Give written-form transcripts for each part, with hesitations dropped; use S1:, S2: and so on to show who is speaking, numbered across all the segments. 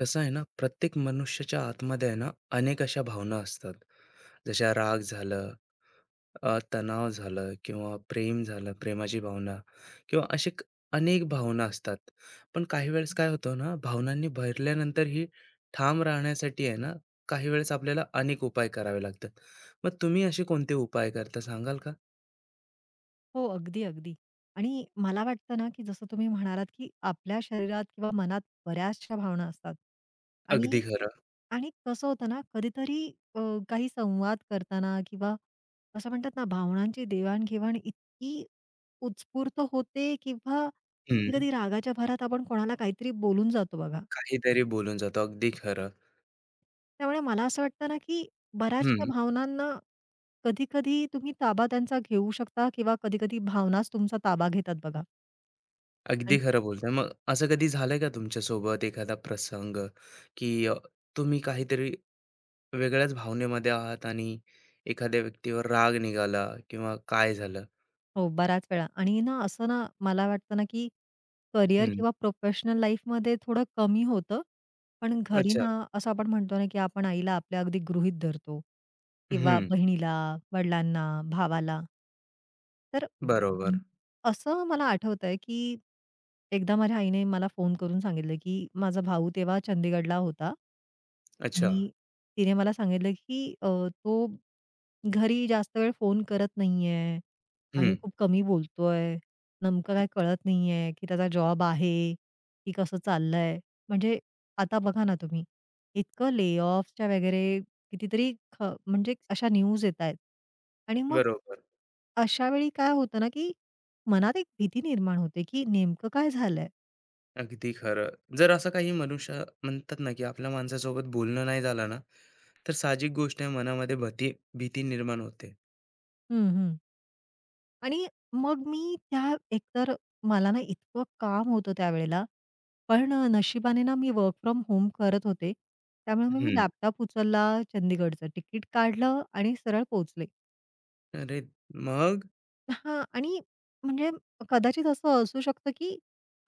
S1: कसं आहे ना, प्रत्येक मनुष्याच्या आतमध्ये आहे ना, अनेक अशा भावना असतात. जशा राग झालं, तणाव झालं किंवा प्रेम झालं, प्रेमाची भावना किंवा असे अनेक भावना असतात. पण काही वेळेस काय होतं ना, भावनांनी भरल्यानंतरही ठाम राहण्यासाठी आहे ना, काही वेळेस आपल्याला अनेक उपाय करावे लागतात. मग तुम्ही असे कोणते उपाय करता सांगाल का?
S2: हो, अगदी, अगदी. आणि मला वाटतं ना, की जसं तुम्ही म्हणालात, की आपल्या शरीरात किंवा मनात बऱ्याचशा भावना असतात.
S1: अगदी
S2: आणि
S1: खरं.
S2: आणि कसं होतं ना, कधीतरी अ, काही संवाद करताना किंवा असं म्हणतात ना, भावनांची देवाण-घेवाण इतकी उत्स्फूर्त होते किंवा
S1: हं.
S2: कधी-कधी रागाच्या भरात आपण कोणाला काहीतरी बोलून जातो बघा.
S1: काहीतरी बोलून जातो. अगदी खरं.
S2: त्यामुळे मला असं वाटतं ना, की बऱ्याचशा भावनांना कधी-कधी तुम्ही ताबा त्यांचा घेऊ शकता किंवा कधी-कधी भावनाच तुमचा ताबा घेतात बघा.
S1: अगदी
S2: आणि
S1: खरं बोलताय. मग असं कधी झालंय का तुमच्यासोबत एखादा प्रसंग, की तुम्ही काहीतरी वेगळ्याच भावनेमध्ये आहात आणि एखाद्या व्यक्तीवर राग निघाला किंवा काय झालं?
S2: हो, बऱ्याच वेळा आणि ना असं ना मला वाटतं ना, की करिअर
S1: हं.
S2: किंवा प्रोफेशनल लाईफमध्ये थोडं कमी होतं. पण घरी
S1: अच्छा.
S2: ना असं आपण म्हणतो ना, की आपण आईला आपल्या अगदी गृहीत धरतो किंवा
S1: हं.
S2: बहिणीला, वडिलांना, भावाला. तर
S1: बरोबर.
S2: असं मला आठवतंय, की एकदा माझ्या आईने मला फोन करून सांगितलं, की माझा भाऊ तेव्हा चंदीगडला होता.
S1: अच्छा.
S2: आणि तिने मला सांगितलं, की तो घरी जास्त वेळ फोन करत नाहीये आणि
S1: हं.
S2: खूप कमी बोलतोय. नेमकं काय कळत नाहीये, की त्याचा जॉब आहे, की कसं चाललंय. म्हणजे आता बघा ना तुम्ही, इतकं ले ऑफच्या वगैरे कितीतरी म्हणजे अशा न्यूज येतायत. आणि मग
S1: बरोबर.
S2: अशा वेळी काय होतं ना, की मनात एक भीती निर्माण होते, की नेमकं काय झालंय?
S1: अगदी खरं. जर असं काही मनुष्य म्हणतात ना, की आपल्या माणसासोबत बोलणं नाही झालं ना, तर साहजिक गोष्ट आहे मनामध्ये भीती निर्माण होते.
S2: हं, हं. आणि मग मी त्या एकतर मला ना इतकं काम होतं त्यावेळेला, पण नशिबाने ना मी वर्क फ्रॉम होम करत होते. त्यामुळे मग मी
S1: हं.
S2: लॅपटॉप उचलला चंदीगडचं, तिकीट काढलं आणि सरळ पोहोचले.
S1: अरे, मग?
S2: हां आणि म्हणजे कदाचित असं असू शकतं, की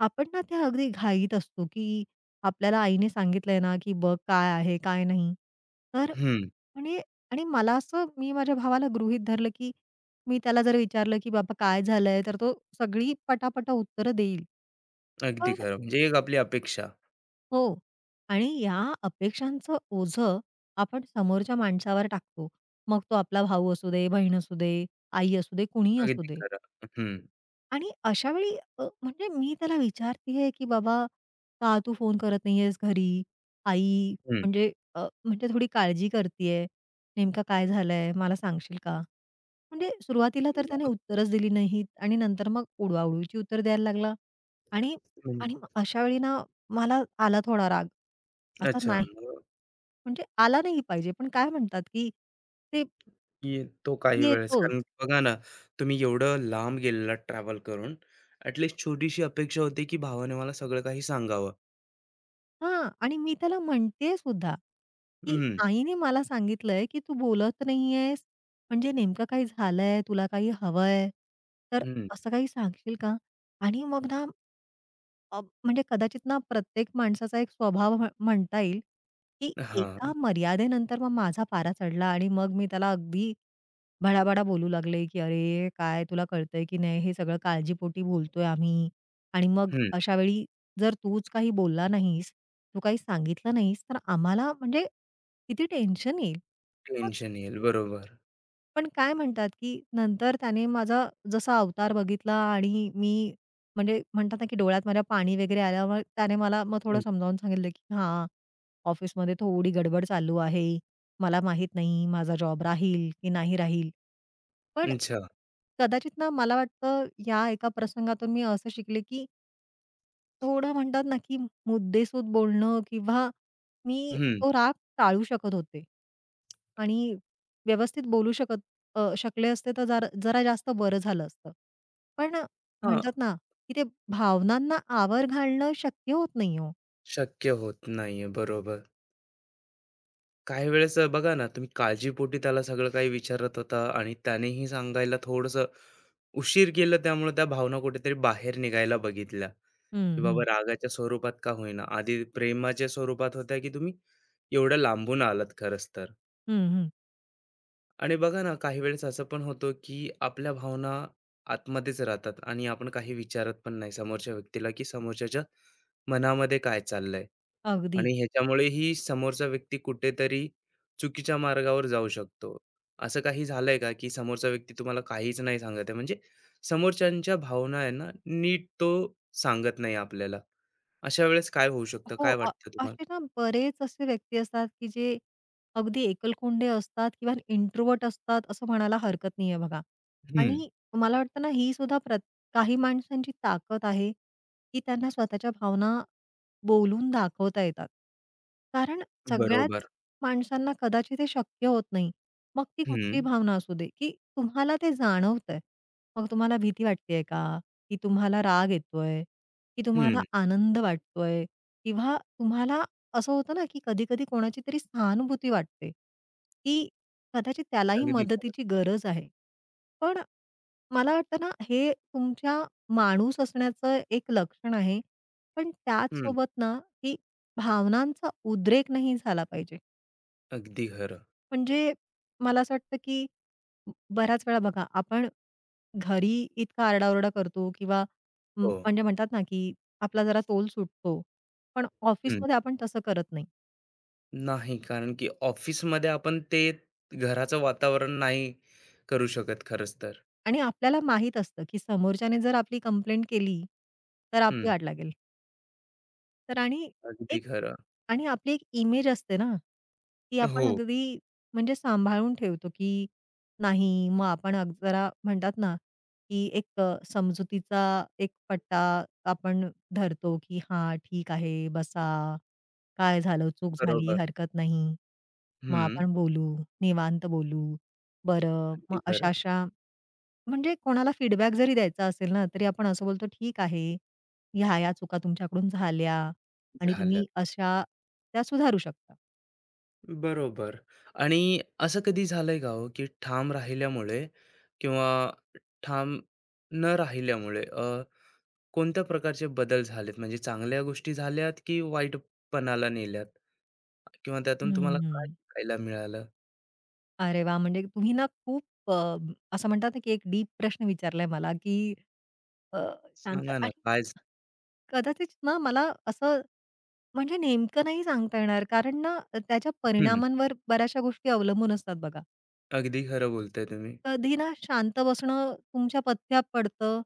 S2: आपण ना त्या अगदी घाईत असतो, की आपल्याला आईने सांगितलंय ना, की बघ काय आहे, काय नाही. तर
S1: हं.
S2: म्हणजे आणि मला असं मी माझ्या भावाला गृहीत धरलं, की मी त्याला जर विचारलं, की "बाबा काय झालंय?" तर तो सगळी पटापटा उत्तरं देईल.
S1: अगदी
S2: पण
S1: खरं. म्हणजे एक आपली अपेक्षा.
S2: हो. आणि या अपेक्षांचं ओझं आपण समोरच्या माणसावर टाकतो. मग तो आपला भाऊ असू दे, बहीण असू दे, आई असू दे, कुणीही असू
S1: अगदी
S2: दे.
S1: खरं. हं,
S2: आणि अशा वेळी म्हणजे मी त्याला विचारतीये, की "बाबा, का तू फोन करत नाहीयेस घरी? आई
S1: हं.
S2: म्हणजे म्हणजे थोडी काळजी करतीये. नेमका काय झालंय? मला सांगशील का?" म्हणजे सुरुवातीला तर त्याने
S1: मग
S2: उत्तरच दिली नाहीत आणि नंतर मग उडवाउडवीची उत्तर द्यायला लागला आणि
S1: तुम्ही
S2: आणि मग अशा वेळी ना मला आला थोडा राग. असा
S1: अच्छा
S2: नाही
S1: मग
S2: म्हणजे आला नाही पाहिजे, पण काय म्हणतात, की ते
S1: ये तो काही वेळेस
S2: येतोच.
S1: कारण बघा ना, तुम्ही एवढं लांब गेलेलात ट्रॅव्हल करून, ॲट लिस्ट छोटीशी अपेक्षा होती, की भावाने मला सगळं काही सांगावं.
S2: हां. आणि मी त्याला म्हणतेय सुद्धा, की
S1: हं,
S2: "आईने मला सांगितलंय, की तू बोलत नाहीयेस, म्हणजे नेमकं काही झालंय? तुला काही हवंय? तर
S1: हं.
S2: असं काही सांगशील का?" आणि मग ना अ, म्हणजे कदाचित ना प्रत्येक माणसाचा एक स्वभाव म्हणता येईल, की
S1: हां,
S2: एका मर्यादेनंतर मग माझा पारा चढला आणि मग मी त्याला अगदी भडाभडा बोलू लागले, की "अरे, काय तुला कळतंय की नाही हे सगळं काळजीपोटी बोलतोय आम्ही" आणि मग
S1: हं.
S2: अशा वेळी जर तूच काही बोलला नाहीस, तू काही सांगितलं नाहीस, तर आम्हाला म्हणजे किती टेन्शन येईल. मग
S1: टेन्शन येईल. बरोबर.
S2: पण काय म्हणतात, की नंतर त्याने माझा जसा अवतार बघितला आणि मी म्हणजे म्हणतात ना, की डोळ्यात माझ्या पाणी वगैरे आल्यावर त्याने मला मग थोडं
S1: हं.
S2: समजावून सांगितलं, की "हां, ऑफिसमध्ये थोडी गडबड चालू आहे. मला माहित नाही माझा जॉब राहील की नाही राहील." पण
S1: अच्छा.
S2: कदाचित ना, मला वाटतं या एका प्रसंगातून मी असं शिकले, की थोडं म्हणतात ना, की मुद्देसूद बोलणं किंवा मी
S1: हं.
S2: तो राग टाळू शकत होते. आणि व्यवस्थित बोलू शकत शकले असते तर जरा जरा जास्त बरं झालं असतं. पण
S1: हां,
S2: म्हणतात ना, की ते भावनांना आवर घालणं शक्य होत नाही हो.
S1: शक्य होत नाहीये. बरोबर. काही वेळेस बघा ना, तुम्ही काळजीपोटी त्याला सगळं काही विचारत होता आणि त्यानेही सांगायला थोडंसं उशीर केलं त्यामुळे त्या भावना कुठेतरी बाहेर निघायला बघितल्या.
S2: हं,
S1: की बाबा
S2: हं.
S1: रागाच्या स्वरूपात का होईना, आधी प्रेमाच्या स्वरूपात होत्या, की तुम्ही एवढ्या लांबून आलात खरंच तर.
S2: हं, हं.
S1: आणि बघा ना, काही वेळेस असं पण होतं, की आपल्या भावना आतमध्येच राहतात आणि आपण काही विचारत पण नाही समोरच्या व्यक्तीला, की समोरच्याच्या मनामध्ये काय चाललंय
S2: अगदी.
S1: आणि ह्याच्यामुळेही समोरचा व्यक्ती कुठेतरी चुकीच्या मार्गावर जाऊ शकतो. असं काही झालंय का, की समोरचा व्यक्ती तुम्हाला काहीच नाही सांगत आहे म्हणजे समोरच्यांच्या भावना आहे ना, नीट तो सांगत नाही आपल्याला? अशा वेळेस काय होऊ शकतं?
S2: हो,
S1: काय वाटतं तुम्हाला?
S2: असे ना बरेच असे व्यक्ती असतात, की जे अगदी एकलकोंडे असतात किंवा इंट्रोव्हर्ट असतात असं म्हणायला हरकत नाहीये बघा.
S1: हं,
S2: आणि मला वाटतं ना ही सुद्धा काही माणसांची ताकद आहे, की त्यांना स्वतःच्या भावना बोलून दाखवता येतात. कारण सगळ्याच
S1: बरोबर.
S2: माणसांना कदाचित हे शक्य होत नाही. मग ती कुठलीही
S1: हं,
S2: भावना असू दे, की तुम्हाला ते जाणवतंय. मग तुम्हाला भीती वाटतेय का? की तुम्हाला राग येतोय? की तुम्हाला
S1: हं.
S2: आनंद वाटतोय? किंवा तुम्हाला असं होतं ना, की कधी-कधी कोणाची तरी सहानुभूती वाटते, की कदाचित त्यालाही
S1: अगदी खरं.
S2: मदतीची गरज आहे. पण मला वाटतं ना, हे तुमच्या माणूस असण्याचं एक लक्षण आहे. पण
S1: हं,
S2: त्याचसोबत ना, की भावनांचा उद्रेक नाही झाला पाहिजे.
S1: अगदी खरं.
S2: म्हणजे मला असं वाटतं, की बऱ्याच वेळा बघा, आपण घरी इतका आरडाओरडा करतो किंवा
S1: हो.
S2: म्हणजे म्हणतात ना, की आपला जरा तोल सुटतो. पण
S1: हं.
S2: ऑफिसमध्ये आपण तसं करत नाही.
S1: नाही, कारण की ऑफिसमध्ये आपण ते घराचं वातावरण नाही करू शकत खरंच तर.
S2: आणि आपल्याला माहीत असतं, की समोरच्याने जर आपली कंप्लेंट केली, तर
S1: हं,
S2: आपली वाट लागेल. तर आणि एक
S1: अगदी खरं.
S2: आणि आपली एक इमेज असते ना, ती आपण
S1: हो,
S2: अगदी म्हणजे सांभाळून ठेवतो, की नाही मग आपण अग जरा म्हणतात ना, की एक समजुतीचा एक पट्टा आपण धरतो, की हां, ठीक आहे, बसा, काय झालं, चूक झाली,
S1: बरोबर.
S2: हरकत नाही. मग
S1: हं,
S2: आपण बोलू, निवांत बोलू. बरं,
S1: अगदी
S2: मग
S1: खरं.
S2: अशा-अशा म्हणजे कोणाला फीडबॅक जरी द्यायचा असेल ना, तरी आपण असं बोलतो, "ठीक आहे, ह्या-ह्या चुका तुमच्याकडून झाल्या आणि
S1: झालं.
S2: तुम्ही अशा" त्या सुधारू शकता.
S1: बरोबर. आणि असं कधी झालंय का हो, की ठाम राहिल्यामुळे किंवा ठाम न राहिल्यामुळे कोणत्या प्रकारचे बदल झालेत? म्हणजे चांगल्या गोष्टी झाल्यात की वाईटपणाला नेल्यात? किंवा त्यातून तुम्हाला काय
S2: हम्म.
S1: शिकायला मिळालं?
S2: अरे वाह! म्हणजे तुम्ही ना खूप अ, असं म्हणतात ना, की एक डीप प्रश्न विचारलाय मला, की अ, शांत
S1: सांगा ना
S2: आणि
S1: काय
S2: कदाचित ना मला असं म्हणजे नेमकं नाही सांगता येणार कारण ना त्याच्या
S1: हं,
S2: परिणामांवर बऱ्याचशा गोष्टी अवलंबून असतात बघा.
S1: अगदी खरं बोलताय तुम्ही.
S2: कधी ना शांत बसणं तुमच्या पथ्यात पडतं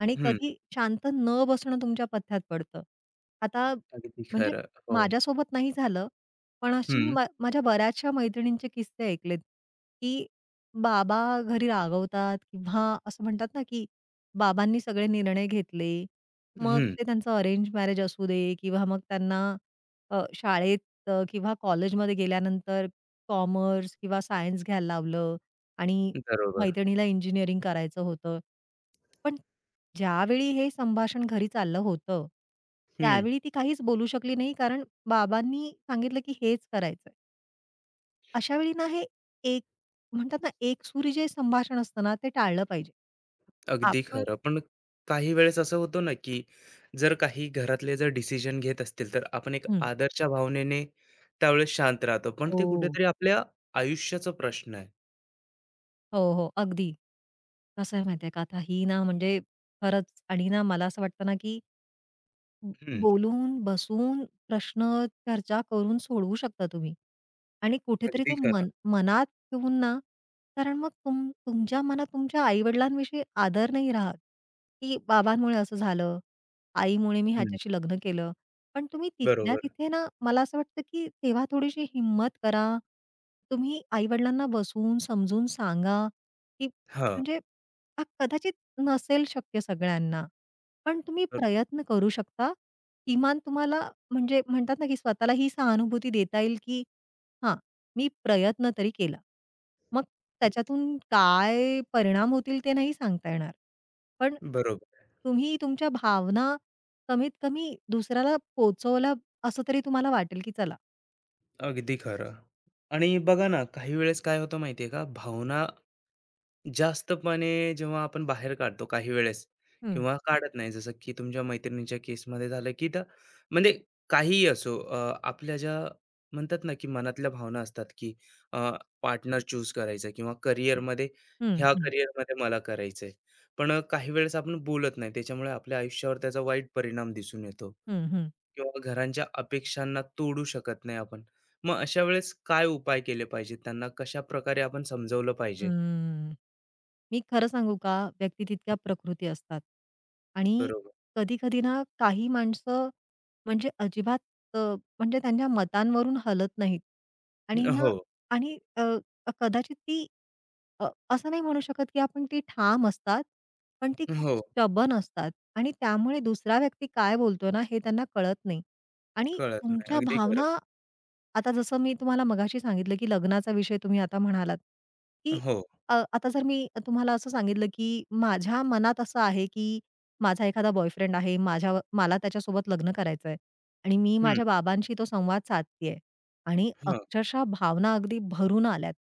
S2: आणि
S1: हं,
S2: कधी शांत न बसणं तुमच्या पथ्यात पडतं. आता
S1: अगदी
S2: म्हणजे
S1: खरं. हो.
S2: माझ्यासोबत नाही झालं, पण अशी मी
S1: हं,
S2: माझ्या बऱ्याचशा मैत्रिणींचे किस्से ऐकलेत, की बाबा घरी रागवतात किंवा असं म्हणतात ना, की बाबांनी सगळे निर्णय घेतले. मग
S1: हं.
S2: ते त्यांचं अरेंज मॅरेज असू दे किंवा मग त्यांना शाळेत किंवा कॉलेजमध्ये गेल्यानंतर कॉमर्स किंवा सायन्स घ्यायला लावलं आणि
S1: बरोबर.
S2: मैत्रिणीला इंजिनिअरिंग करायचं होतं. पण ज्यावेळी हे संभाषण घरी चाललं होतं,
S1: हं,
S2: त्यावेळी ती काहीच बोलू शकली नाही कारण बाबांनी सांगितलं की हेच करायचंय. अशा वेळी ना हे एक म्हणतात ना एकसुरी जे संभाषण असतं ना ते टाळलं पाहिजे.
S1: अगदी
S2: आपण
S1: खरं. पण काही वेळेस असं होतं ना, की जर काही घरातले जर डिसिजन घेत असतील, तर आपण एक
S2: हं.
S1: आदरच्या भावनेने त्यावेळेस शांत राहतो. पण ते
S2: हो.
S1: कुठेतरी आपल्या आयुष्याचा प्रश्न आहे.
S2: हो, हो. अगदी. कसं आहे माहिती का आता ही ना म्हणजे खरंच आणि ना मला असं वाटतं ना की
S1: हं,
S2: बोलून, बसून प्रश्न चर्चा करून सोडवू शकता तुम्ही. आणि कुठेतरी
S1: अगदी
S2: ते
S1: खरं.
S2: मन मनात ठेवून ना कारण मग तुमच्या मनात तुमच्या आई-वडिलांविषयी आदर नाही राहत, की बाबांमुळे असं झालं, आईमुळे मी
S1: हं,
S2: ह्याच्याशी लग्न केलं. पण तुम्ही तिथल्या
S1: बरोबर.
S2: तिथे ना मला असं वाटतं, की तेव्हा थोडीशी हिंमत करा. तुम्ही आई-वडिलांना बसून समजून सांगा, की
S1: हां.
S2: म्हणजे हा कदाचित नसेल शक्य सगळ्यांना. पण तुम्ही
S1: अ,
S2: प्रयत्न करू शकता. किमान तुम्हाला म्हणजे म्हणतात ना, की स्वतःला ही सहानुभूती देता येईल, की हां, मी प्रयत्न तरी केला. मग त्याच्यातून काय परिणाम होतील ते नाही सांगता येणार. पण
S1: बरोबर.
S2: तुम्ही तुमच्या भावना कमीत कमी दुसऱ्याला पोहोचवल्या असं तरी तुम्हाला वाटेल, की चला.
S1: अगदी खरं. आणि बघा ना, काही वेळेस काय होतं माहिती आहे का, भावना जास्तपणे जेव्हा आपण बाहेर काढतो काही वेळेस
S2: हं.
S1: किंवा काढत नाही. जसं की तुमच्या मैत्रिणीच्या केसमध्ये झालं, की त्या म्हणजे काहीही असो आपल्या ज्या म्हणतात ना, की मनातल्या भावना असतात, की पार्टनर चूज करायचा किंवा करिअरमध्ये
S2: हं,
S1: ह्या
S2: हं,
S1: करिअरमध्ये मला करायचंय. पण काही वेळेस आपण बोलत नाही. त्याच्यामुळे आपल्या आयुष्यावर त्याचा वाईट परिणाम दिसून येतो.
S2: हं, हं.
S1: किंवा घरांच्या अपेक्षांना तोडू शकत नाही आपण. मग अशा वेळेस काय उपाय केले पाहिजेत? त्यांना कशाप्रकारे आपण समजवलं पाहिजे?
S2: हं. मी खरं सांगू का, व्यक्ती तितक्या प्रकृती असतात. आणि
S1: बरोबर.
S2: कधी-कधी ना काही माणसं म्हणजे अजिबात अ, म्हणजे त्यांच्या मतांवरून हलत नाहीत. आणि ना
S1: हो,
S2: आणि कदाचित ती अ, असं नाही म्हणू शकत की आपण ती ठाम असतात, पण ती खूप
S1: हो.
S2: स्टबर्न असतात आणि त्यामुळे दुसरा व्यक्ती काय बोलतोय ना हे त्यांना कळत नाही. आणि
S1: कळत नाही.
S2: तुमच्या
S1: अगदी खरं.
S2: भावना आता जसं मी तुम्हाला मगाशी सांगितलं की लग्नाचा विषय तुम्ही आता म्हणालात, की
S1: हो.
S2: आता जर मी तुम्हाला असं सांगितलं, की माझ्या मनात असं आहे, की माझा एखादा बॉयफ्रेंड आहे, माझ्या मला त्याच्यासोबत लग्न करायचंय आणि मी
S1: हं.
S2: माझ्या बाबांशी तो संवाद साधतेय आणि
S1: हां.
S2: अक्षरशः भावना अगदी भरून आल्यात.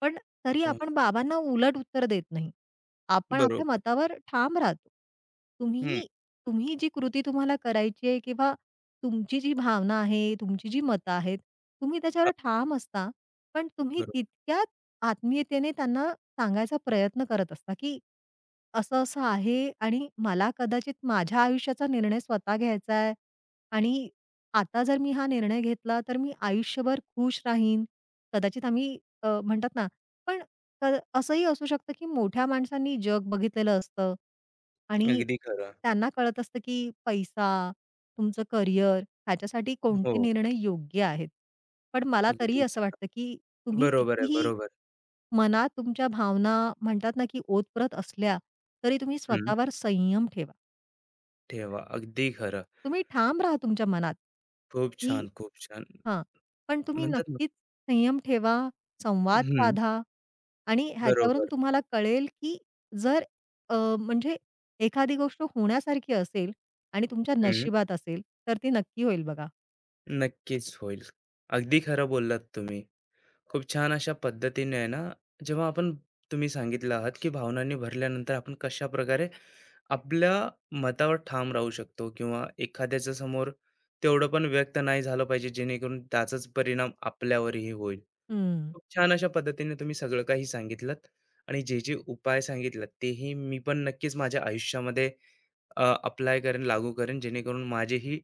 S2: पण तरी
S1: हां.
S2: आपण बाबांना उलट उत्तर देत नाही. आपण आपल्या
S1: बरोबर.
S2: मतावर ठाम राहतो.
S1: हं.
S2: तुम्ही तुम्ही जी कृती तुम्हाला करायची आहे किंवा तुमची जी भावना आहे, तुमची जी मतं आहेत, तुम्ही त्याच्यावर
S1: हां.
S2: ठाम असता. पण तुम्ही
S1: बरोबर.
S2: तितक्याच आत्मीयतेने त्यांना सांगायचा प्रयत्न करत असता, की असं-असं आहे आणि मला कदाचित माझ्या आयुष्याचा निर्णय स्वतः घ्यायचा आहे आणि आता जर मी हा निर्णय घेतला, तर मी आयुष्यभर खुश राहीन. कदाचित आम्ही म्हणतात ना, पण असंही असू शकतं, की मोठ्या माणसांनी जग बघितलेलं असतं आणि
S1: अगदी खरं.
S2: त्यांना कळत असतं, की पैसा, तुमचं करिअर ह्याच्यासाठी कोणते
S1: हो.
S2: निर्णय योग्य आहेत. पण मला तरीही
S1: अगदी
S2: असं वाटतं, की तुम्ही
S1: बरोबर आहे,
S2: कितीही
S1: बरोबर.
S2: मनात तुमच्या भावना म्हणतात ना, की ओतप्रत असल्या, तरी तुम्ही
S1: हं.
S2: स्वतःवर संयम ठेवा.
S1: ठेवा. अगदी खरं.
S2: तुम्ही ठाम राहा तुमच्या मनात,
S1: खूप
S2: की
S1: छान, खूप छान.
S2: हां. पण तुम्ही
S1: म्हणतात ना
S2: नक्कीच संयम ठेवा, संवाद
S1: हं.
S2: साधा आणि ह्याच्यावरून
S1: बरोबर.
S2: तुम्हाला कळेल, की जर म्हणजे एखादी गोष्ट होण्यासारखी असेल आणि तुमच्या
S1: हं.
S2: नशिबात असेल, तर ती नक्की होईल बघा.
S1: नक्कीच होईल. अगदी खरं बोललात तुम्ही. खूप छान अशा पद्धतीने आहे ना जेव्हा आपण तुम्ही सांगितलं आहात की भावनांनी भरल्यानंतर आपण कशा प्रकारे आपल्या मतावर ठाम राहू शकतो किंवा एखाद्याच्या समोर तेवढं पण व्यक्त नाही झालं पाहिजे जेणेकरून त्याचाच परिणाम आपल्यावरही होईल
S2: हं.
S1: खूप छान अशा पद्धतीने तुम्ही सगळं काही सांगितलं आणि जे जे उपाय सांगितलं तेही मी पण नक्कीच माझ्या आयुष्यामध्ये अप्लाय करेन, लागू करेन, जेणेकरून माझेही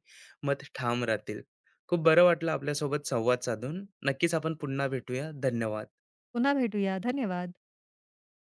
S1: मत ठाम राहतील. खूप बरं वाटलं आपल्यासोबत संवाद साधून. नक्कीच आपण पुन्हा भेटूया. धन्यवाद.
S2: पुन्हा भेटूया. धन्यवाद.